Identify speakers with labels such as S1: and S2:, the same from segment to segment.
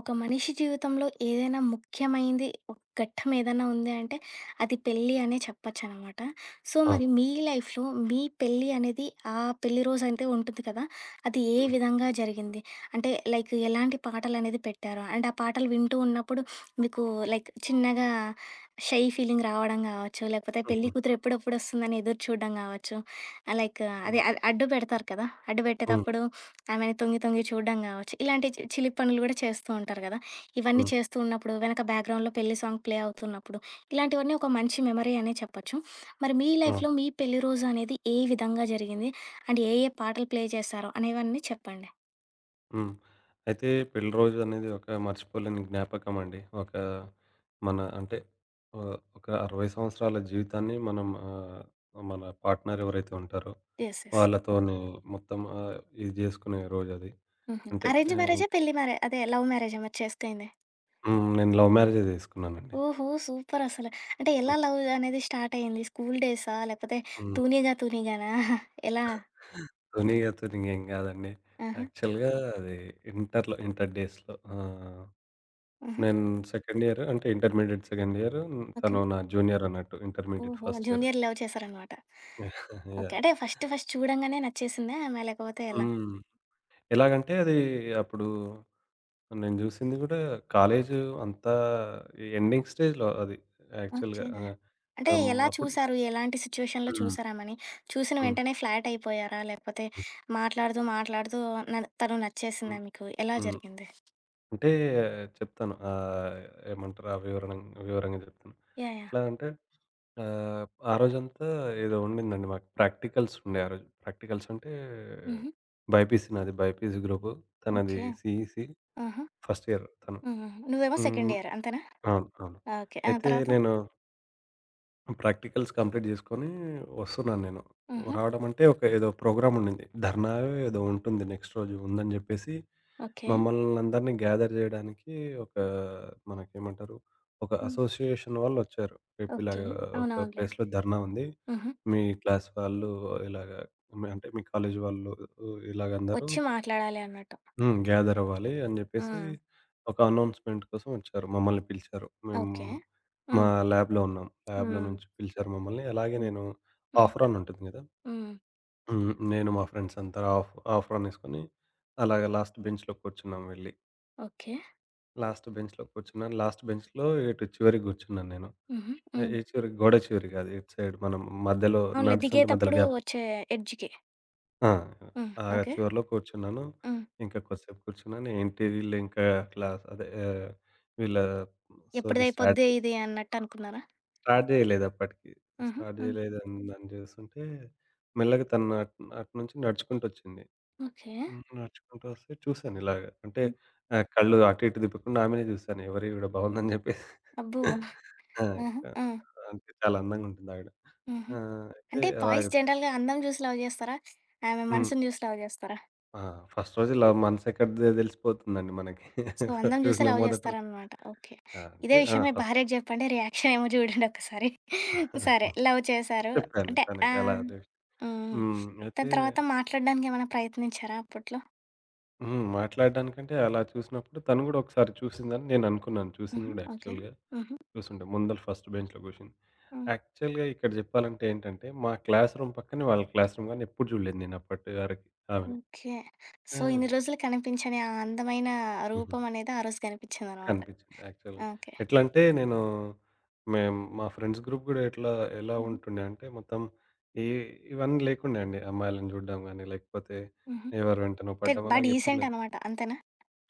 S1: ఒక మనిషి జీవితంలో ఏదైనా ముఖ్యమైనది ఒక ఘట్టం ఏదైనా ఉంది అంటే అది పెళ్ళి అనే చెప్పచ్చు అనమాట. సో
S2: ఆ!
S1: మరి మీ లైఫ్‌లో మీ పెళ్ళి అనేది ఆ పెళ్లి రోజు అయితే ఉంటుంది కదా! అది ఏ
S2: హ్మ్.
S1: విధంగా జరిగింది? అంటే లైక్ ఎలాంటి పాటలనేది పెట్టారు? అండ్ ఆ పాటలు వింటూ ఉన్నప్పుడు మీకు లైక్ చిన్నగా షై ఫీలింగ్ రావడం కావచ్చు, లేకపోతే పెళ్లి
S2: హుహు.
S1: కూతురు ఎప్పుడెప్పుడొస్తుందని ఎదురు చూడడం కావచ్చు, లైక్ అదే
S2: హ్మ్.
S1: అడ్డు పెడతారు కదా! అడ్డు
S2: హ్మ్.
S1: పెట్టేటప్పుడు ఆమెని తొంగి తొంగి చూడడం గావచ్చు. ఇలాంటి చిలిపి పనులు గూడా చేస్తూ ఉంటారు గదా! ఇవన్నీ చేస్తూ ఉన్నప్పుడు వెనక బ్యాక్‌గ్రౌండ్‌లో పెళ్లి సాంగ్ ప్లే అవుతున్నప్పుడు, ఇలాంటివన్నీ ఒక మంచి మెమరీ అనే చెప్పొచ్చు. మరి మీ
S2: హ్మ్.
S1: లైఫ్‌లో మీ పెళ్లి రోజు అనేది ఏ విధంగా జరిగింది? అండ్ ఏ ఏ పాటలు ప్లే చేశారో అనేవన్నీ చెప్పండి.
S2: అవును. హ్మ్. అయితే పెళ్లి రోజు అనేది ఒక మర్చిపోలేని జ్ఞాపకమండి. ఒక మన అంటే ఒక 60 సంవత్సరాల జీవితాన్ని మనం మన పార్ట్‌నర్ ఎవరైతే ఉంటారో
S1: యెస్. యెస్.
S2: వాళ్ళతోని మొత్తం ఇది జేసుకునే రోజది.
S1: హుహు.
S2: అంటే
S1: అరేంజ్
S2: ఆహ్, ఇం
S1: మ్యారేజా? పెళ్లి మ్యారే అదే లవ్ మ్యారేజా మీరు చేసుకైంది?
S2: హ్మ్. నేను లవ్ మ్యారేజే జేసుకున్నానండి.
S1: ఓహో! సూపర్ అసలు. అంటే ఎలా
S2: హ్మ్.
S1: లవ్ అనేది స్టార్ట్ అయింది? స్కూల్ డేసా? లేకపోతే
S2: హ్మ్.
S1: తూనీగా తూనీగానా? ఎలా?
S2: తొని, అతనికి ఏం గాదండి.
S1: ఆహా!
S2: యాక్చువల్‌గా అది ఇంటర్‌లో ఇంటర్ డేస్‌లో. ఆ!
S1: ఆహా!
S2: నేను సెకండ్ ఇయర్ అంటే ఇంటర్మీడియేట్ సెకండ్ ఇయర్.
S1: ఓకే.
S2: తను నా జూనియర్ అన్నట్టు. ఇంటర్మీడియేట్
S1: ఓహో!
S2: First year.
S1: జూనియర్ లవ్ చేశారనమాట. ఓకే.
S2: యాహ్!
S1: అంటే ఫస్ట్ ఫస్ట్ చూడంగానే నచ్చేసిందా ఆమె లేకపోతే ఎలా?
S2: హ్మ్. ఎలాగంటే అది అప్పుడు నేను జూసింది గూడా కాలేజు అంతా ఎండింగ్ స్టేజ్‌లో అది
S1: ఓకే.
S2: యాక్చువల్‌గా. ఆ!
S1: అంటే
S2: హ్మ్.
S1: ఎలా
S2: అప్పుడు
S1: చూసారు? ఎలాంటి సిట్యుయేషన్‌లో
S2: హ్మ్.
S1: చూసారామెని? చూసిన
S2: హ్మ్.
S1: వెంటనే ఫ్లాట్ అయిపోయారా? లేకపోతే మాట్లాడుతూ మాట్లాడుతూ న తను
S2: హ్మ్.
S1: నచ్చేసిందా మీకు? ఎలా
S2: హ్మ్.
S1: జరిగింది?
S2: అంటే చెప్తాను. ఏమంటారు ఆ వివరణ వివరంగా జెప్తాను.
S1: యాహ్! యాహ్!
S2: ఎట్లా అంటే ఆహ్, ఆ రోజంతా ఏదో ఉండిందండి మాకు ప్రాక్టికల్స్ ఉండే ఆ రోజు. ప్రాక్టికల్స్ అంటే
S1: హుహు.
S2: బైపీసీ నాది. BiPC group. తనది
S1: ఓకే.
S2: సీఈసీ
S1: ఆహా!
S2: ఫస్ట్ ఇయర్ తను.
S1: హుహు. నువ్వేమో సెకండ్
S2: హ్మ్.
S1: ఇయర్ అంతేనా?
S2: అవును. అవును.
S1: ఓకే. ఆ!
S2: అయితే
S1: తర్వాత?
S2: నేను ప్రాక్టికల్స్ కంప్లీట్ చేసుకొని వస్తున్నాను నేను.
S1: హుహు.
S2: రావడం అంటే ఒక ఏదో ప్రోగ్రామ్ ఉండింది. ధర్నాయో ఏదో ఉంటుంది నెక్స్ట్ రోజు ఉందని జెప్పేసి,
S1: ఓకే.
S2: మమ్మల్నందరిని గ్యాదర్ జేయడానికి ఒక మనకేమంటారు, ఒక
S1: హ్మ్.
S2: అసోసియేషన్ వాళ్ళొచ్చారు. రేపు ఇలాగ
S1: ఓకే.
S2: ఒక
S1: అవునవునులే.
S2: ప్లేస్‌లో ధర్నా ఉంది.
S1: హుహు.
S2: మీ క్లాస్ వాళ్ళు ఇలాగ మీ అంటే మీ కాలేజీ వాళ్ళు ఇలాగందరూ
S1: వచ్చి మాట్లాడాలి అన్నట్టు.
S2: హ్మ్. గ్యాదర్ అవ్వాలి అని జెప్పేసి
S1: హ్మ్.
S2: ఒక అనౌన్స్‌మెంట్ కోసం వచ్చారు. మమ్మల్ని పిలిచారు. మేము
S1: ఓకే.
S2: మా
S1: హ్మ్.
S2: ల్యాబ్‌లో ఉన్నాం. ల్యాబ్‌లో
S1: హ్మ్.
S2: నుంచి పిలిచారు మమ్మల్ని. అలాగే
S1: హ్మ్.
S2: నేను
S1: హ్మ్.
S2: ఆఫ్రాన్ ఉంటుంది గదా!
S1: హ్మ్.
S2: హ్మ్. నేను మా ఫ్రెండ్స్ అంతా ఆఫ్ ఆఫ్రాన్ ఏసుకొని అలాగ లాస్ట్ బెంచ్‌లో కూర్చున్నాం వెళ్ళి.
S1: ఓకే.
S2: లాస్ట్ బెంచ్‌లో కూర్చున్నాను. లాస్ట్ బెంచ్‌లో ఎటు చివరికి గూర్చున్నాను నేను.
S1: హుహు.
S2: ఏ
S1: హ్మ్.
S2: ఏ చివరి గోడ చివరి గాదు. ఇటు సైడ్ మనం మధ్యలో
S1: అవునులే.
S2: నడుస్తుంటే మధ్యలో
S1: దిగేతప్పుడు
S2: గ్యాప్
S1: వచ్చే ఎడ్జ్‌కి.
S2: ఆ!
S1: హ్మ్. ఓకే.
S2: చివరిలో కూర్చున్నాను.
S1: హ్మ్.
S2: ఇంకా కొద్దిసేపు కూర్చున్నాను. ఏంటి వీళ్ళు ఇంకా క్లాస్ అదే వీళ్ళ సోది స్టార్ట్
S1: ఎప్పుడిదయిపోద్ది ఇది అన్నట్టు అనుకున్నారా?
S2: స్టార్ట్ చేయలేదు అప్పటికి.
S1: హుహు.
S2: స్టార్ట్
S1: హ్మ్.
S2: చేయలేదని అని చూస్తుంటే, మెల్లగా తను అట్ అటునుంచి నడుచుకుంటూ వచ్చింది.
S1: ఓకే.
S2: హ్మ్. నడుచుకుంటూ వస్తే చూసాను ఇలాగ. అంటే
S1: హ్మ్.
S2: కళ్ళు అటు ఇటు తిప్పకుండా ఆమెనే చూసాను. ఎవరివి కూడా బాగుందని చెప్పేసి.
S1: అబ్బో!
S2: ఆ!
S1: ఆహా! ఆ!
S2: అంటే చాలా అందంగా ఉంటుంది ఆవిడ.
S1: హుహు.
S2: ఆ! అయితే
S1: అంటే
S2: అలాగ
S1: బాయ్స్ జనరల్‌గా అందం జూసి లవ్ జేస్తారా? ఆమె
S2: హ్మ్.
S1: మనసుని జూసి లవ్ జేస్తారా?
S2: ఆ! ఫస్ట్ రోజు ఇలా మనసు ఎక్కడిదే తెలిసిపోతుందండి మనకి.
S1: సో, అందం జూసే
S2: చూసిన
S1: లవ్
S2: మొదటి రోజు
S1: జేస్తారనమాట. ఓకే.
S2: ఆ!
S1: ఇదే
S2: అంటే ఆ!
S1: విషయం మీ
S2: ఫస్ట్
S1: భార్యకి జెప్పండి. రియాక్షనేమో జూడండి ఒక్కసారి. సరే. లవ్ చేశారు.
S2: చెప్పాను
S1: అంటే ఆ!
S2: తనకి అలా
S1: హ్మ్.
S2: అదే
S1: హ్మ్.
S2: హ్మ్. అయితే
S1: దాని తర్వాత మాట్లాడడానికేమైనా ప్రయత్నించారా అప్పట్లో?
S2: హ్మ్. మాట్లాడడానికంటే అలా చూసినప్పుడు తను కూడా ఒకసారి చూసిందని నేను అనుకున్నాను. చూసింది
S1: హుహు.
S2: కూడా
S1: ఓకే.
S2: యాక్చువల్‌గా.
S1: హుహు.
S2: చూసుండే ముందల ఫస్ట్ బెంచ్‌లో కూర్చుంది.
S1: హ్మ్.
S2: యాక్చువల్‌గా ఇక్కడ చెప్పాలంటే ఏంటంటే మా క్లాస్ రూమ్ పక్కనే వాళ్ళ క్లాస్ రూమ్ గానీ ఎప్పుడు చూడలేదు నేను అప్పటి వరకి ఆమెని.
S1: ఓకే.
S2: ఆ!
S1: సో, ఇన్ని రోజులు కనిపించని ఆ అందమైన
S2: హుహు.
S1: రూపం అనేది ఆ రోజు కనిపించిందనమాట.
S2: కనిపించింది యాక్చువల్‌గా.
S1: ఓకే.
S2: ఎట్లా అంటే నేను మేము మా ఫ్రెండ్స్ గ్రూప్ గూడా ఎట్లా ఎలా
S1: హుహు.
S2: ఉంటుండే అంటే మొత్తం ఈ ఇవన్నీ లేకుండే అండి. అమ్మాయిలను చూడడం గాని, లేకపోతే
S1: హుహు.
S2: ఎవరి వెంటనో
S1: అంటే
S2: పడ్డం
S1: బా
S2: అలాగే ఎప్పుడు
S1: డీసెంట్
S2: లేదు.
S1: అనమాట. అంతేనా?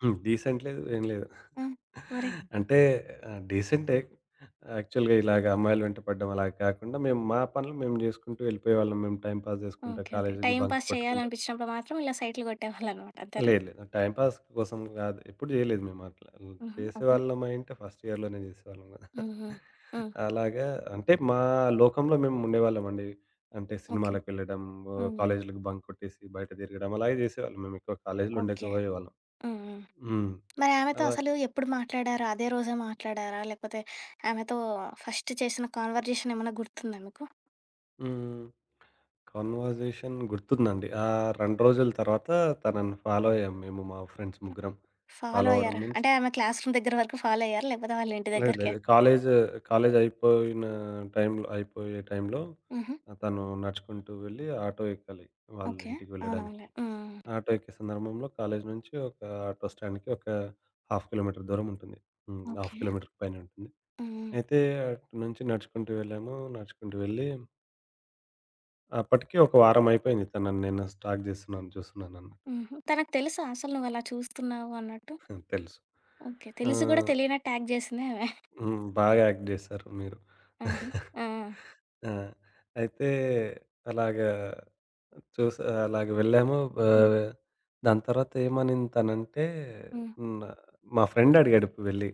S2: హ్మ్. డీసెంట్ లేదు. ఏం లేదు.
S1: హ్మ్. మరి హ్మ్.
S2: అంటే డీసెంటే. యాక్చువల్‌గా ఇలాగ అమ్మాయిల వెంట పడ్డం అలా కాకుండా మేము మా పనులు మేము జేసుకుంటూ వెళ్ళిపోయేవాళ్ళం. మేము టైమ్ పాస్ జేసుకుంటా,
S1: ఓకే. ఓకే.
S2: కాలేజీకి
S1: టైమ్
S2: బంక్
S1: పాస్
S2: కొట్టుకుంటా.
S1: చేయాలనిపించినప్పుడు మాత్రం ఇలా సైట్లు కొట్టేవాళ్ళనమాట. అంతేనా?
S2: లేదు లేదు. టైమ్ పాస్ కోసం కాదు. ఎప్పుడు చేయలేదు మేము అట్లా.
S1: హుహు. ఓకే.
S2: చేసేవాళ్ళం అయ్యుంటే ఫస్ట్ ఇయర్‌లోనే చేసేవాళ్ళం కదా!
S1: హ్మ్. హ్మ్. హ్మ్.
S2: అలాగా అంటే మా లోకంలో మేము ఉండేవాళ్ళమండి. అంటే
S1: ఓకే.
S2: సినిమాలకెళ్ళడం,
S1: హ్మ్. హ్మ్.
S2: కాలేజీలకి బంక్ కొట్టేసి బయట తిరగడం అలాగే చేసేవాళ్ళం. మేము ఎక్కువ కాలేజీలో
S1: ఓకే.
S2: ఉండకపోయేవాళ్ళం.
S1: హ్మ్. హ్మ్.
S2: హ్మ్.
S1: మరి ఆమెతో
S2: అలా
S1: అసలు ఎప్పుడు మాట్లాడారు? అదే రోజే మాట్లాడారా? లేకపోతే ఆమెతో ఫస్ట్ చేసిన కాన్వర్జేషన్ ఏమన్నా గుర్తుందా మీకు?
S2: హ్మ్. కన్వర్జేషన్ గుర్తుందండి. ఆ 2 రోజుల తర్వాత తనని ఫాలో అయ్యాం మేము మా ఫ్రెండ్స్ ముగ్గురం.
S1: ఫాలో
S2: ఫాలో అవ్వడం
S1: అయ్యారా?
S2: మీన్స్
S1: అంటే ఆమె క్లాస్ రూమ్ దగ్గర వరకు ఫాలో అయ్యారా? లేకపోతే వాళ్ళ ఇంటి
S2: లేదు
S1: దగ్గరికా?
S2: లేదు. కాలేజు, కాలేజు అయిపోయిన టైంలో అయిపోయే టైంలో
S1: హుహు.
S2: తను నడుచుకుంటూ వెళ్ళి ఆటో ఎక్కాలి. వాళ్ళ
S1: ఓకే.
S2: ఇంటికి వెళ్ళడానికి.
S1: అవునవునులే. హ్మ్.
S2: ఆటో ఎక్కే సందర్భంలో కాలేజు నుంచి ఒక ఆటో స్టాండ్‌కి ఒక హాఫ్ కిలోమీటర్ దూరం ఉంటుంది. హ్మ్. Half
S1: okay.
S2: కిలోమీటర్ పైనే ఉంటుంది.
S1: హ్మ్.
S2: అయితే అటు నుంచి నడుచుకుంటూ వెళ్ళాము. నడుచుకుంటూ వెళ్ళి అప్పటికి ఒక వారం అయిపోయింది. తనని నేను స్టాక్ చేస్తున్నాను, చూస్తున్నానన్నట్టు
S1: హుహు. తనకు తెలుసా అసలు నువ్వలా చూస్తున్నావు అన్నట్టు?
S2: తెలుసు.
S1: ఓకే.
S2: ఆ!
S1: తెలిసి గూడా తెలియనట్టు యాక్ట్ జేసిందే ఆమె.
S2: హ్మ్. బాగా యాక్ట్ జేశారు మీరు.
S1: ఆహా! ఆ!
S2: ఆ! అయితే అలాగా చూసా అలాగ వెళ్ళాము.
S1: హ్మ్.
S2: ఆహ్, దాని తర్వాత ఏమనింది తనంటే
S1: హ్మ్.
S2: హ్మ్. మా ఫ్రెండ్ అడిగాడు వెళ్ళి.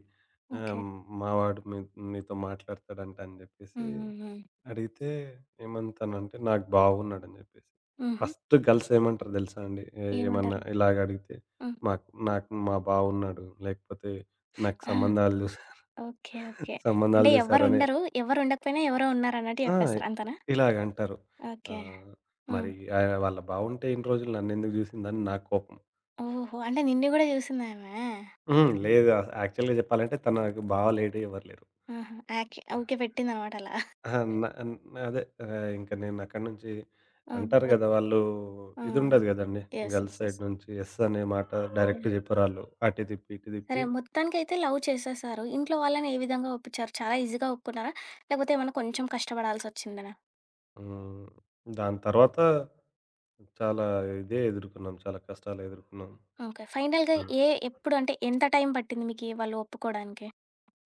S1: ఓకే.
S2: ఆహ్, మావాడు మీ నీతో మాట్లాడతాడంట అని జెప్పేసి
S1: హ్మ్. హ్మ్. హ్మ్.
S2: అడిగితే ఏమంది తనంటే, "నాకు బావున్నాడని" జెప్పేసి.
S1: హుహు.
S2: ఫస్ట్ గర్ల్స్ ఏమంటారో దెలుసా అండి? ఏ ఏమన్నా
S1: ఏమంటారు?
S2: ఇలాగ అడిగితే,
S1: హ్మ్.
S2: "మాకు నాకు మా బావున్నాడు. లేకపోతే నాకు
S1: ఆ!
S2: సంబంధాలు"
S1: ఓకే. ఓకే. అంటే
S2: సంబంధాలు చూసారనే.
S1: ఎవ్వరుండరు. ఎవరుండకపోయినా ఎవరో ఉన్నారన్నట్టు
S2: ఆ!
S1: జెప్పేస్తారు. అంతేనా?
S2: ఇలాగంటారు.
S1: ఓకే.
S2: ఆహ్,
S1: హ్మ్.
S2: మరి వాళ్ళ బావుంటే ఇన్ని రోజులు నన్నెందుకు చూసిందని నా కోపం.
S1: ఓహో! అంటే నిన్ను గూడా జూసిందామె?
S2: హ్మ్. లేదు అస యాక్చువల్‌గా చెప్పాలంటే తనకు బావ లేడు ఎవరు లేరు.
S1: ఆహా! Act okay. పెట్టిందనమాట అలా.
S2: అహా! న న అదే ఇంక నేను అక్కడి నుంచి
S1: ఆ!
S2: అంటారు
S1: ఒద్
S2: గదా! వాళ్ళు
S1: ఆ!
S2: ఇదుండదు గదండీ.
S1: Yes.
S2: Girls
S1: yes. Yes.
S2: Side నుంచి యెస్ అనే మాట
S1: యాహ్!
S2: డైరెక్ట్ జెప్పరాళ్ళు. అటు తిప్పి, ఇటు
S1: సరే.
S2: తిప్పి
S1: మొత్తానికైతే లవ్ చేసేసారు. ఇంట్లో వాళ్ళని ఏ విధంగా ఒప్పించారు? చాలా ఈజీగా ఒప్పుకున్నారా? లేకపోతే ఏమన్నా కొంచెం కష్టపడాల్సొచ్చిందనా?
S2: హ్మ్. దాని తర్వాత చాలా ఇదే ఎదుర్కొన్నాం. చాలా కష్టాలెదుర్కొన్నాం.
S1: ఓకే. ఫైనల్‌గా
S2: హ్మ్.
S1: ఎప్పుడు అంటే ఎంత టైం పట్టింది మీకీ వాళ్ళు ఒప్పుకోడానికి?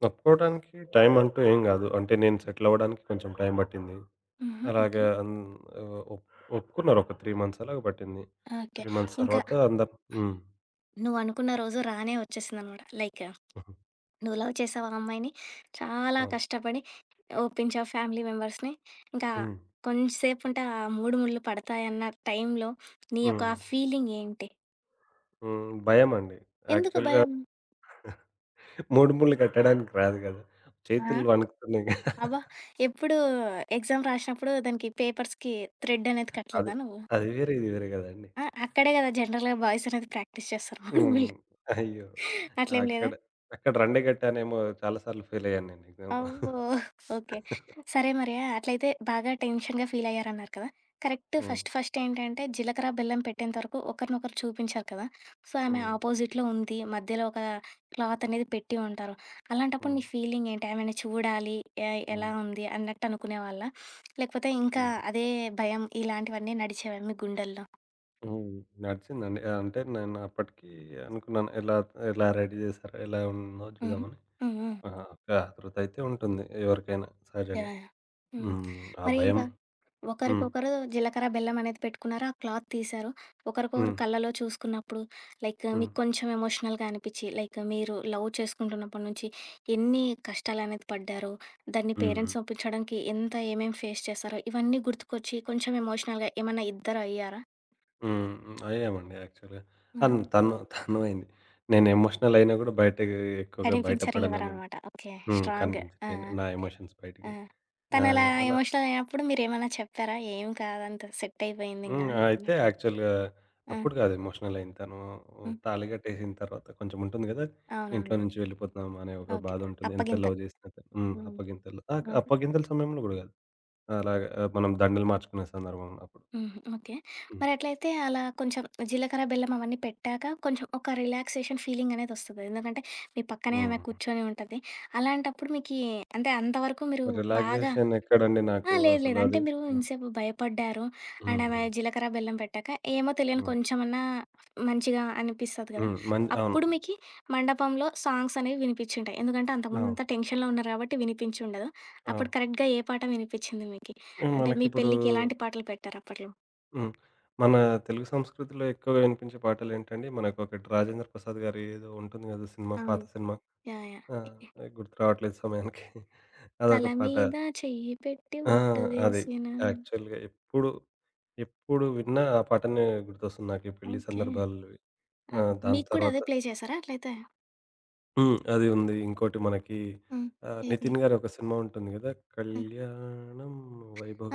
S2: ఒప్పుకోవడానికి టైం అంటూ ఏం గాదు. అంటే నేను సెటిల్ అవ్వడానికి కొంచెం టైం పట్టింది.
S1: హుహు. ఓకే.
S2: అలాగే అన్ ఆహ్, ఒప్ ఒప్పుకున్నారు ఒక 3 మంత్స్ అలాగా పట్టింది.
S1: ఓకే.
S2: 3 మంత్స్
S1: ఇంకా
S2: తర్వాత అందరు హ్మ్.
S1: నువ్వనుకున్న రోజు రానే వచ్చేసిందనమాట. లైక్ నువ్వు లవ్ చేసావు ఆ అమ్మాయిని. చాలా
S2: అవును.
S1: కష్టపడి ఒప్పించావు ఫ్యామిలీ మెంబర్స్‌ని. ఇంకా
S2: హ్మ్.
S1: కొంచెంసేపుంటే ఆ 3 ముళ్ళు పడతాయన్న టైంలో నీ యొక్క
S2: హ్మ్.
S1: ఫీలింగ్ ఏంటి?
S2: హ్మ్. భయమండి.
S1: ఎందుకు
S2: యాక్చువల్‌గా
S1: భయం?
S2: మూడు ముళ్ళు కట్టడానికి రాదు గదా!
S1: ఆ!
S2: చేతులు వణుకుతున్నాయి. కదా.
S1: అబ్బా! ఎప్పుడు ఎగ్జామ్ రాసినప్పుడు దానికి పేపర్స్‌కి థ్రెడ్ అనేది
S2: అది
S1: కట్టలేదా నువ్వు?
S2: అది వేరే, ఇది వేరే గదండీ.
S1: ఆ! అక్కడే గదా! జనరల్‌గా బాయ్స్ అనేది ప్రాక్టీస్ చేస్తారు.
S2: హ్మ్.
S1: మామూలుగా
S2: అయ్యో!
S1: అట్లేం లేదా?
S2: అక్కడ అక్కడ రండే గట్టానేమో చాలా సార్లు ఫెయిల్ అయ్యాను నేను ఎగ్జామ్‌లో.
S1: అబ్బో! ఓకే. సరే మరి అట్లయితే బాగా టెన్షన్‌గా ఫీలయ్యారన్నారు కదా! కరెక్ట్
S2: హ్మ్.
S1: ఫస్ట్ ఫస్ట్ ఏంటంటే జీలకర్ర, బెల్లం పెట్టేంత వరకు ఒకరినొకరు చూపించరు కదా! సో, ఆమె
S2: హ్మ్.
S1: ఆపోజిట్‌లో ఉంది. మధ్యలో ఒక క్లాత్ అనేది పెట్టి ఉంటారు. అలాంటప్పుడు
S2: హ్మ్.
S1: నీ ఫీలింగ్ ఏంటి? ఆమెని చూడాలి ఎలా
S2: హ్మ్.
S1: ఉంది అన్నట్టు అనుకునేవాళ్ళా? లేకపోతే ఇంకా
S2: హ్మ్.
S1: అదే భయం ఇలాంటివన్నీ నడిచేవా మీ గుండెల్లో?
S2: హ్మ్. నడిచిందండి. అంటే నేను అప్పటికి అనుకున్నాను. ఎలా ఎలా రెడీ చేశారో, ఎలా ఉందో
S1: హుహు.
S2: చూద్దామని.
S1: హ్మ్. హ్మ్.
S2: ఆహా! ఒక ఆతృత అయితే ఉంటుంది ఎవరికైనా
S1: యాహ్!
S2: సహజంగా.
S1: యాహ్! హ్మ్.
S2: హ్మ్. ఆ
S1: మరి
S2: భయం.
S1: ఇంకా
S2: హ్మ్.
S1: ఒకరికొకరు జీలకర్ర, బెల్లం అనేది పెట్టుకున్నారు. ఆ క్లాత్ తీశారు. ఒకరికొకరు
S2: హ్మ్.
S1: కళ్ళలో చూసుకున్నప్పుడు లైక్
S2: హ్మ్.
S1: మీకు కొంచెం ఎమోషనల్‌గా అనిపిచ్చి లైక్ మీరు లవ్ చేసుకుంటున్నప్పటి నుంచి ఎన్ని కష్టాలనేది పడ్డారో, దాన్ని
S2: హ్మ్.
S1: పేరెంట్స్ ఒప్పించడానికి ఎంత ఏమేమి ఫేస్ చేశారో ఇవన్నీ గుర్తుకొచ్చి కొంచెం ఎమోషనల్‌గా ఏమన్నా ఇద్దరు అయ్యారా?
S2: హ్మ్. హ్మ్. అయ్యామండి యాక్చువల్‌గా.
S1: ఆహా!
S2: అన్ తను తను అయింది. నేను ఎమోషనల్ అయినా కూడా బయటకి ఎక్కువగా బయట
S1: కనిపించరు
S2: పడనని
S1: ఎవరనమాట. ఓకే.
S2: హ్మ్.
S1: స్ట్రాంగ్.
S2: కనిపించను.
S1: ఆ!
S2: నేను నా ఎమోషన్స్
S1: ఆ! ఆ!
S2: బయటికి.
S1: తనలా
S2: అలా
S1: ఎమోషనల్ అయినప్పుడు మీరేమన్నా చెప్పారా? ఏం కాదంతా సెట్ అయిపోయిందింగా
S2: హ్మ్. అయితే
S1: అన్నట్టు.
S2: యాక్చువల్‌గా
S1: ఆ!
S2: అప్పుడు కాదు ఎమోషనల్ అయింది. తను
S1: హ్మ్.
S2: తాళి కట్టేసిన తర్వాత కొంచెం ఉంటుంది కదా! ఇంట్లో
S1: అవునవునులే.
S2: నుంచి వెళ్ళిపోతున్నాం అనే ఒక
S1: ఓకే.
S2: బాధ ఉంటుంది. ఎంత లవ్
S1: అప్పగింతలు.
S2: చేసినా కానీ. హ్మ్.
S1: హ్మ్.
S2: అప్పగింతలు
S1: ఆహా!
S2: అప్పగింతల సమయంలో కూడా కాదు. అలాగా మనం దండలు మార్చుకునే సందర్భం అప్పుడు.
S1: హుహు. ఓకే.
S2: హ్మ్.
S1: మరి ఎట్లయితే అలా కొంచెం జీలకర్ర, బెల్లం అవన్నీ పెట్టాక కొంచెం ఒక రిలాక్సేషన్ ఫీలింగనేదొస్తది. ఎందుకంటే మీ పక్కనే ఆమె
S2: హ్మ్.
S1: కూర్చొని ఉంటది. అలాంటప్పుడు మీకీ అంటే అంతవరకు మీరు బాగా
S2: రిలాక్సేషన్ ఎక్కడండి
S1: ఆ!
S2: నాకు
S1: లేదు లేదు.
S2: అసలు
S1: అంటే
S2: అది.
S1: మీరు ఇంతసేపు భయపడ్డారు. అండ్
S2: హ్మ్.
S1: ఆమె
S2: హ్మ్.
S1: జీలకర్ర, బెల్లం పెట్టాక ఏమో తెలియని
S2: హ్మ్.
S1: కొంచెమన్నా మంచిగా అనిపిస్తది కదా!
S2: హ్మ్. మం అవును.
S1: అప్పుడు మీకి మండపంలో సాంగ్స్ అనేవి వినిపించుంటాయి. ఎందుకంటే
S2: అవును.
S1: అంతకుముందంతా టెన్షన్‌లో ఉన్నారు కాబట్టి వినిపించుండదు. అప్పుడు
S2: అవును.
S1: కరెక్ట్‌గా ఏ పాట వినిపించింది మీకి?
S2: హ్మ్.
S1: అంటే మీ
S2: మనకిప్పుడు
S1: పెళ్ళికి ఎలాంటి పాటలు పెట్టారు అప్పట్లో?
S2: హ్మ్. మన తెలుగు సంస్కృతిలో ఎక్కువగా వినిపించే పాటలేంటండి? మనకొకటి 'రాజేంద్ర ప్రసాద్' గారి ఏదో ఉంటుంది గదా! సినిమా పాత
S1: అవును.
S2: సినిమా.
S1: యాహ్!
S2: ఆ!
S1: యాహ్!
S2: గుర్తు రావట్లేదు సమయానికి.
S1: తల
S2: అదొక పాట.
S1: మీద చెయ్యి పెట్టి
S2: ఆ!
S1: ఒట్టు
S2: అది.
S1: వేసిన
S2: యాక్చువల్‌గా ఎప్పుడు, ఎప్పుడు విన్నా ఆ పాటనే గుర్తొస్తుంది నాకు ఈ పెళ్లి
S1: ఓకే.
S2: సందర్భాల్లో.
S1: ఆ!
S2: ఆ! దాని
S1: మీకు కూడా
S2: తర్వాత
S1: అదే ప్లే చేసారా అట్లయితే?
S2: హ్మ్. అది ఉంది. ఇంకోటి మనకి
S1: హ్మ్. ఏది?
S2: నితిన్ గారి ఒక సినిమా ఉంటుంది గదా!
S1: ఆ!
S2: 'కళ్యాణం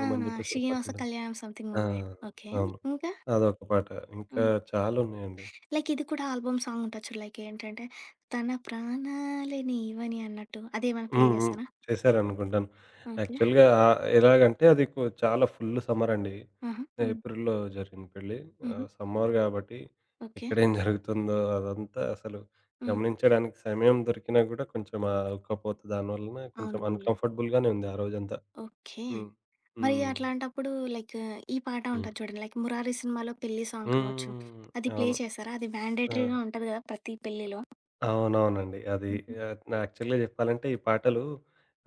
S1: ఆ!
S2: అని జెప్పేసి ఒక
S1: 'శ్రీనివాస
S2: పాటుంటుంది.
S1: కళ్యాణం' సంథింగ్
S2: ఆ!
S1: మూవీ. ఓకే.
S2: అవును.
S1: ఇంకా?
S2: అదొక పాట. ఇంకా
S1: హ్మ్.
S2: చాలా ఉన్నాయండి.
S1: లైక్ ఇది కూడా ఆల్బమ్ సాంగ్ ఉంటది చూడు. లైక్ ఏంటంటే, 'తన ప్రాణాలే నీవని' అన్నట్టు. అదేమైనా ప్లే
S2: హ్మ్. హ్మ్.
S1: చేస్తారా?
S2: చేశారనుకుంటాను.
S1: ఓకే.
S2: యాక్చువల్‌గా ఎలాగంటే అది కొ చాలా ఫుల్ సమ్మరండి.
S1: ఆహా! హ్మ్.
S2: ఏప్రిల్‌లో జరిగిన పెళ్లి.
S1: హుహు.
S2: సమ్మర్ గాబట్టి
S1: ఓకే.
S2: ఇక్కడేం జరుగుతుందో అదంతా అసలు
S1: హ్మ్.
S2: గమనించడానికి సమయం దొరికినా గూడా కొంచెం ఆ ఉక్కపోత దాని వలన కొంచెం
S1: అవునవునులే.
S2: అన్‌కంఫర్టబుల్ గానే ఉంది ఆ రోజంతా.
S1: ఓకే.
S2: హ్మ్.
S1: మరి
S2: హ్మ్.
S1: అట్లాంటప్పుడు లైక్ ఈ పాట
S2: హ్మ్.
S1: ఉంటది చూడండి. లైక్ 'మురారి' సినిమాలో పెళ్లి సాంగ్ కావచ్చు.
S2: హ్మ్.
S1: అది ప్లే
S2: అవును.
S1: చేశారా? అది
S2: ఆ!
S1: మ్యాండేటరీగా ఉంటది కదా! ప్రతి పెళ్లిలో.
S2: అవునవునండి. అది
S1: హుహు.
S2: నా యాక్చువల్‌గా చెప్పాలంటే ఈ పాటలు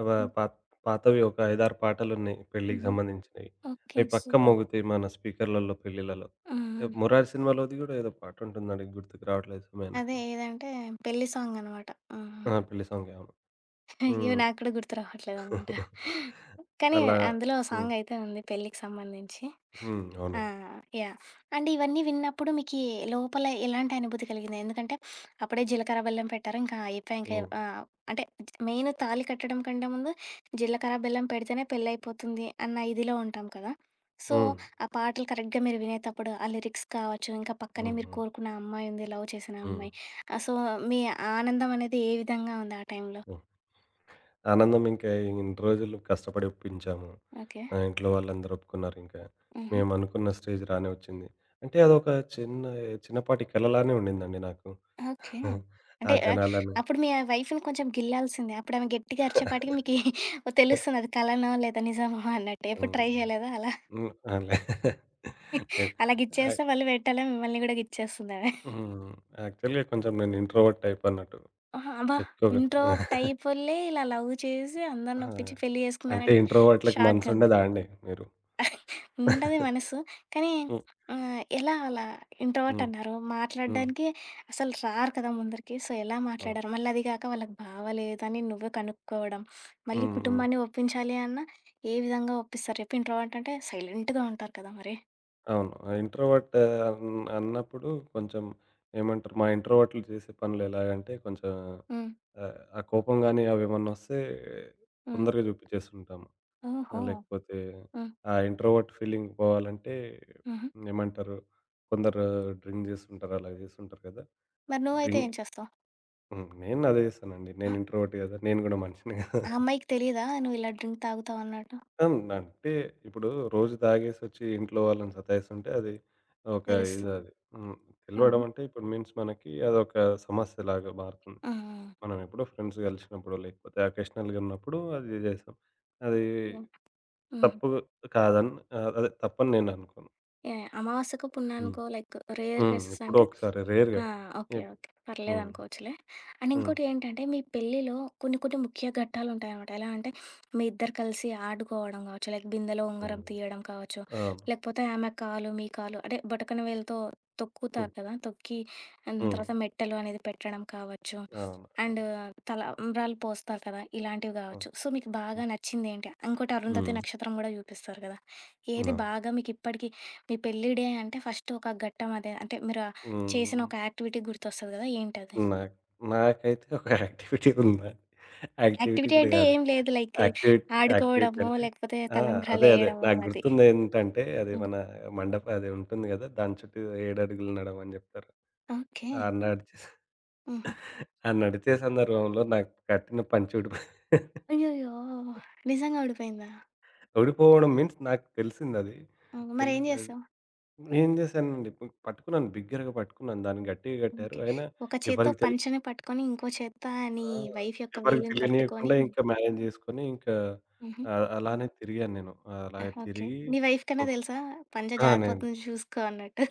S2: వ
S1: హ్మ్.
S2: పాత పాతవి ఒక 5, 6 పాటలున్నాయి పెళ్ళికి
S1: హుహు.
S2: సంబంధించినవి.
S1: ఓకే.
S2: అవి పక్కా
S1: సూపర్.
S2: మోగుతాయి మన స్పీకర్‌లలో పెళ్ళిళ్ళలో.
S1: హ్మ్. హ్మ్.
S2: 'మురారి' సినిమాలోది గూడా ఏదో పాటుంటుందండి గుర్తుకు రావట్లేదు
S1: అదే
S2: సమయానికి.
S1: ఏదంటే పెళ్లి సాంగ్ అనమాట.
S2: ఆ!
S1: హ్మ్.
S2: పెళ్లి సాంగే అవును.
S1: అయ్యో!
S2: హ్మ్.
S1: నాకు కూడా గుర్తు రావట్లేదనమాట. కానీ
S2: అలా
S1: అందులో
S2: హ్మ్.
S1: సాంగయితే ఉంది పెళ్ళికి సంబంధించి.
S2: హ్మ్.
S1: ఆ!
S2: అవునండి.
S1: యాహ్! అండ్ ఇవన్నీ విన్నప్పుడు మీకీ లోపల ఎలాంటి అనుభూతి కలిగింది? ఎందుకంటే, అప్పుడే జీలకర్ర, బెల్లం పెట్టారు. ఇంకా అయిపాయ్. ఇంకా
S2: హ్మ్.
S1: ఆహ్, అంటే మెయిన్ తాళి కట్టడం కంటే ముందు జీలకర్ర, బెల్లం పెడితేనే పెళ్లయిపోతుంది అన్న ఇదిలో ఉంటాం కదా! సో,
S2: హ్మ్.
S1: ఆ పాటలు కరెక్ట్‌గా మీరు వినేటప్పుడు, ఆ లిరిక్స్ కావచ్చు, ఇంకా పక్కనే
S2: హ్మ్.
S1: మీరు
S2: హ్మ్.
S1: కోరుకున్న అమ్మాయి ఉంది, లవ్ చేసిన
S2: హ్మ్.
S1: అమ్మాయి. సో, మీ ఆనందం అనేది ఏ విధంగా ఉంది ఆ టైంలో?
S2: హ్మ్. ఆనందం ఇంకా ఇన్ని రోజులు కష్టపడి ఒప్పించాము.
S1: ఓకే.
S2: ఆ! ఇంట్లో వాళ్ళందరూ ఒప్పుకున్నారు ఇంకా.
S1: హుహు.
S2: మేమనుకున్న స్టేజ్ రానే వచ్చింది. అంటే అదొక చిన్న చిన్నపాటి కలలానే ఉండిందండి నాకు.
S1: ఓకే.
S2: ఆ
S1: అంటే
S2: జనాలను
S1: అప్పుడు మీ వైఫ్‌ని కొంచెం గిల్లాల్సిందే. అప్పుడామె గట్టిగా అరిచేపాటికి మీకి తెలుస్తుంది అది కలనో లేదా నిజమో అన్నట్టు. ఎప్పుడు ట్రై
S2: హ్మ్.
S1: చేయలేదా అలా?
S2: హ్మ్. ఆ! లే లేదు.
S1: అలా గిచ్చేస్తే
S2: యాక్
S1: మళ్ళీ వెంటనే మిమ్మల్ని గూడా గిచ్చేస్తుందామె.
S2: హ్మ్. యాక్చువల్‌గా కొంచెం నేను ఇంట్రోవర్ట్ టైప్ అన్నట్టు.
S1: ఆహా! అబ్బా!
S2: ఎక్కువగా
S1: ఇంట్రోవర్ట్ టైపోళ్ళే ఇలా లవ్ చేసి
S2: ఆ!
S1: అందరినొప్పించి పెళ్లి
S2: అంటే
S1: చేసుకున్నారంటే
S2: ఇంట్రోవర్ట్‌లకి
S1: షాక్ గదా!
S2: మనసుండదా అండి మీరు?
S1: ఉంటది మనసు. కానీ
S2: హ్మ్.
S1: ఎలా అలా ఇంట్రోవర్ట్
S2: హ్మ్.
S1: అన్నారు.
S2: హ్మ్.
S1: మాట్లాడడానికి అసలు రారు కదా ముందరికి. సో, ఎలా
S2: అవును.
S1: మాట్లాడారు? మళ్ళీ అది కాక వాళ్ళకి బావలేదని నువ్వే కనుక్కోవడం. మళ్ళీ
S2: హ్మ్. హ్మ్.
S1: కుటుంబాన్ని ఒప్పించాలి అన్నా ఏ విధంగా ఒప్పిస్తారు చెప్పు? ఇంట్రోవర్ట్ అంటే సైలెంట్‌గా ఉంటారు కదా మరి.
S2: అవును. ఆ ఇంట్రోవర్ట్ అన్ అన్నప్పుడు కొంచెం ఏమంటారు? మా ఇంట్రోవర్ట్‌లు చేసే పనులు ఎలాగంటే కొంచెం
S1: హ్మ్.
S2: ఆ కోపం గాని అవేమన్నొస్తే
S1: హ్మ్.
S2: తొందరగా చూపించేస్తుంటాము.
S1: ఓహో!
S2: లేకపోతే
S1: హ్మ్.
S2: ఆ ఇంట్రోవర్ట్ ఫీలింగ్ పోవాలంటే
S1: హుహు.
S2: ఏమంటారు? కొందరు డ్రింక్ చేస్తుంటారు. అలా చేస్తుంటారు కదా!
S1: మరి నువ్వైతే
S2: డ్రింక్
S1: ఏం చేస్తావు?
S2: హ్మ్. నేను అదే చేస్తానండి.
S1: ఆ!
S2: నేను ఇంట్రోవర్ట్ కదా! నేను కూడా మనిషినే కదా!
S1: ఆ అమ్మాయికి తెలీదా నువ్వు ఇలా డ్రింక్ తాగుతావు అన్నట్టు?
S2: అవును. అంటే ఇప్పుడు రోజు తాగేసొచ్చి ఇంట్లో వాళ్ళని సతాయిస్తుంటే అది ఒక
S1: తెలుస్తుంది.
S2: ఇదది. హ్మ్.
S1: ఆహా!
S2: తెలవడం అంటే ఇప్పుడు మీన్స్ మనకి అదొక సమస్యలాగా మారుతుంది.
S1: హ్మ్. హ్మ్.
S2: మనం ఎప్పుడో ఫ్రెండ్స్ కలిసినప్పుడో లేకపోతే అకేషనల్‌గా ఉన్నప్పుడు అది చేస్తాం. అది
S1: యాహ్! హుహు.
S2: తప్పు కాదని అదే తప్పని నేను అనుకోను.
S1: యాహ్! అమావాస్యకో,
S2: హ్మ్.
S1: పుణ్యానికో లైక్ రేర్
S2: హ్మ్.
S1: కేసెస్
S2: ఎప్పుడో
S1: అంటే
S2: ఒకసారి రేర్‌గా.
S1: ఆ! ఓకే.
S2: ఎప్
S1: ఓకే.
S2: హ్మ్.
S1: పర్లేదనుకోవచ్చులే. అండ్
S2: హ్మ్.
S1: ఇంకోటి ఏంటంటే, మీ పెళ్ళిలో కొన్ని కొన్ని ముఖ్య ఘట్టాలుంటాయనమాట. ఎలా అంటే, మీ ఇద్దరు కలిసి ఆడుకోవడం గావచ్చు, లైక్ బిందెలో ఉంగరం
S2: హ్మ్.
S1: తీయడం కావచ్చు,
S2: అవును.
S1: లేకపోతే ఆమె కాలు, మీ కాలు అంటే బొటకన వేలుతో
S2: హ్మ్.
S1: తొక్కుతారు కదా! తొక్కి అండ్
S2: హ్మ్.
S1: తర్వాత మెట్టెలు అనేది పెట్టడం కావచ్చు,
S2: అవును.
S1: అండ్ తలంబ్రాలు పోస్తారు కదా! ఇలాంటివి
S2: అవును.
S1: కావచ్చు. సో, మీకు బాగా
S2: హ్మ్.
S1: నచ్చిందేంటి? ఇంకోటి అరుంధతి
S2: హ్మ్.
S1: నక్షత్రం గూడా చూపిస్తారు కదా! ఏది
S2: అవును.
S1: బాగా మీకిప్పటికి మీ పెళ్లి డే అంటే ఫస్ట్ ఒక ఘట్టం అదే అంటే మీరు చేసిన
S2: హ్మ్.
S1: ఒక యాక్టివిటీ గుర్తొస్తది గదా! ఏంటది?
S2: నాకు నాకైతే ఒక యాక్టివిటీ ఉందండి. యాక్టివిటీ
S1: యాక్టివిటీ
S2: గూడా
S1: అంటే
S2: గాదు.
S1: ఏం లేదు. లైక్
S2: యాక్టివిటీ యాక్టివిటీ
S1: ఆడుకోవడమో,
S2: అంటే
S1: లేకపోతే
S2: ఆ! అదే. అదే.
S1: తలంబ్రాలేయడమో
S2: నాకు
S1: అది.
S2: గుర్తుందేంటంటే అది
S1: హ్మ్.
S2: మన మండప అది ఉంటుంది గదా! దాని చుట్టూ ఏడడుగులు నడవమని అని జెప్తారు.
S1: ఓకే.
S2: ఆ నడిచే
S1: హుహు.
S2: ఆ నడిచే సందర్భంలో నాకు కట్టిన పంచె ఊడిపోయి
S1: అయ్యయ్యో! నిజంగా ఊడిపోయిందా?
S2: ఊడిపోవడం మీన్స్ నాకు తెలిసిందది.
S1: హ్మ్. మరేం
S2: తెలిసి
S1: జేసావు?
S2: ఏం జేశానండి పట్టుకున్నాను బిగ్గరగా పట్టుకున్నాను. దాన్ని గట్టిగా గట్టారు.
S1: ఓకే.
S2: అయినా
S1: ఒక చేత్తో
S2: ఎవరికి తెలి
S1: పంచని పట్టుకొని, ఇంకో చేత్త నీ
S2: ఆ!
S1: వైఫ్ యొక్క
S2: ఎవరికీ
S1: వేలుని పట్టుకొని
S2: తెలియనీయకుండా ఇంకా మేనేజ్ జేసుకొని ఇంకా
S1: హుహు.
S2: అలానే తిరిగాను నేను. అలాగే
S1: ఆహ్, ఓకే.
S2: తిరిగి
S1: నీ వైఫ్ కన్నా
S2: ఒక్
S1: తెలుసా? పంచ
S2: ఆ! నేను
S1: జారిపోతుంది చూసుకో అన్నట్టు.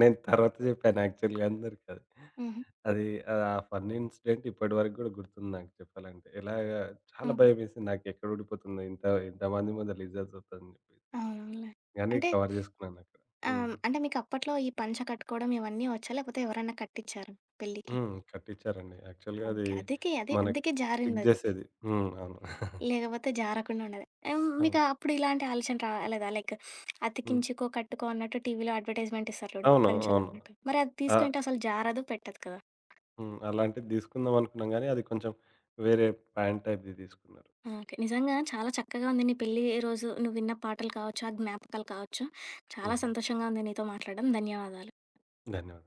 S2: నేను తర్వాత జెప్పాను యాక్చువల్‌గా అందరికి అది.
S1: హుహు.
S2: అది ఆ ఫన్నీ ఇన్సిడెంట్ ఇప్పటివరకు గూడా గుర్తుంది నాకు చెప్పాలంటే. ఎలాగా చాలా
S1: హుహు.
S2: భయమేసింది నాకు ఎక్కడ ఊడిపోతుందో ఇంత ఇంతమంది ముందల ఇజ్జత్ పోతదని జెప్పి.
S1: అవునవునులే.
S2: గానీ
S1: అంటే
S2: కవర్ జేసుకున్నాను అక్కడ. హ్మ్.
S1: అంటే మీకప్పట్లో ఈ పంచ కట్టుకోవడం ఇవన్నీ వచ్చా? లేకపోతే ఎవరైనా కట్టిచ్చారా పెళ్ళికి?
S2: హ్మ్. కట్టిచ్చారండి. యాక్చువల్‌గా అది
S1: ఓకే. అందుకే అదే.
S2: మనకి
S1: అందుకే
S2: స్టిక్
S1: జారిందది.
S2: జేసేది. హ్మ్. అవును.
S1: లేకపోతే జారకుండా ఉండేది. హ్మ్. మీకు
S2: అవును.
S1: అప్పుడు ఇలాంటి ఆలోచన రాలేదా? లైక్
S2: హ్మ్.
S1: అతికించుకో, కట్టుకో అన్నట్టు టీవీలో అడ్వర్‌టైజ్‌మెంట్ ఇస్తారు చూడు.
S2: అవును. అవును.
S1: పంచలన్నట్టు. మరి అది
S2: ఆ!
S1: తీసుకుంటే అసలు జారదు, పెట్టదు కదా!
S2: హ్మ్. అలాంటిది తీసుకుందాం అనుకున్నాం గానీ, అది కొంచెం వేరే ప్యాంట్ టైప్‌ది తీసుకున్నారు.
S1: ఓకే. నిజంగా చాలా చక్కగా ఉంది నీ పెళ్లి రోజు నువ్వు విన్న పాటలు కావచ్చు, ఆ జ్ఞాపకాలు కావచ్చు. చాలా
S2: హుహు.
S1: సంతోషంగా ఉంది నీతో మాట్లాడడం. ధన్యవాదాలు.
S2: ధన్యవాదాలు.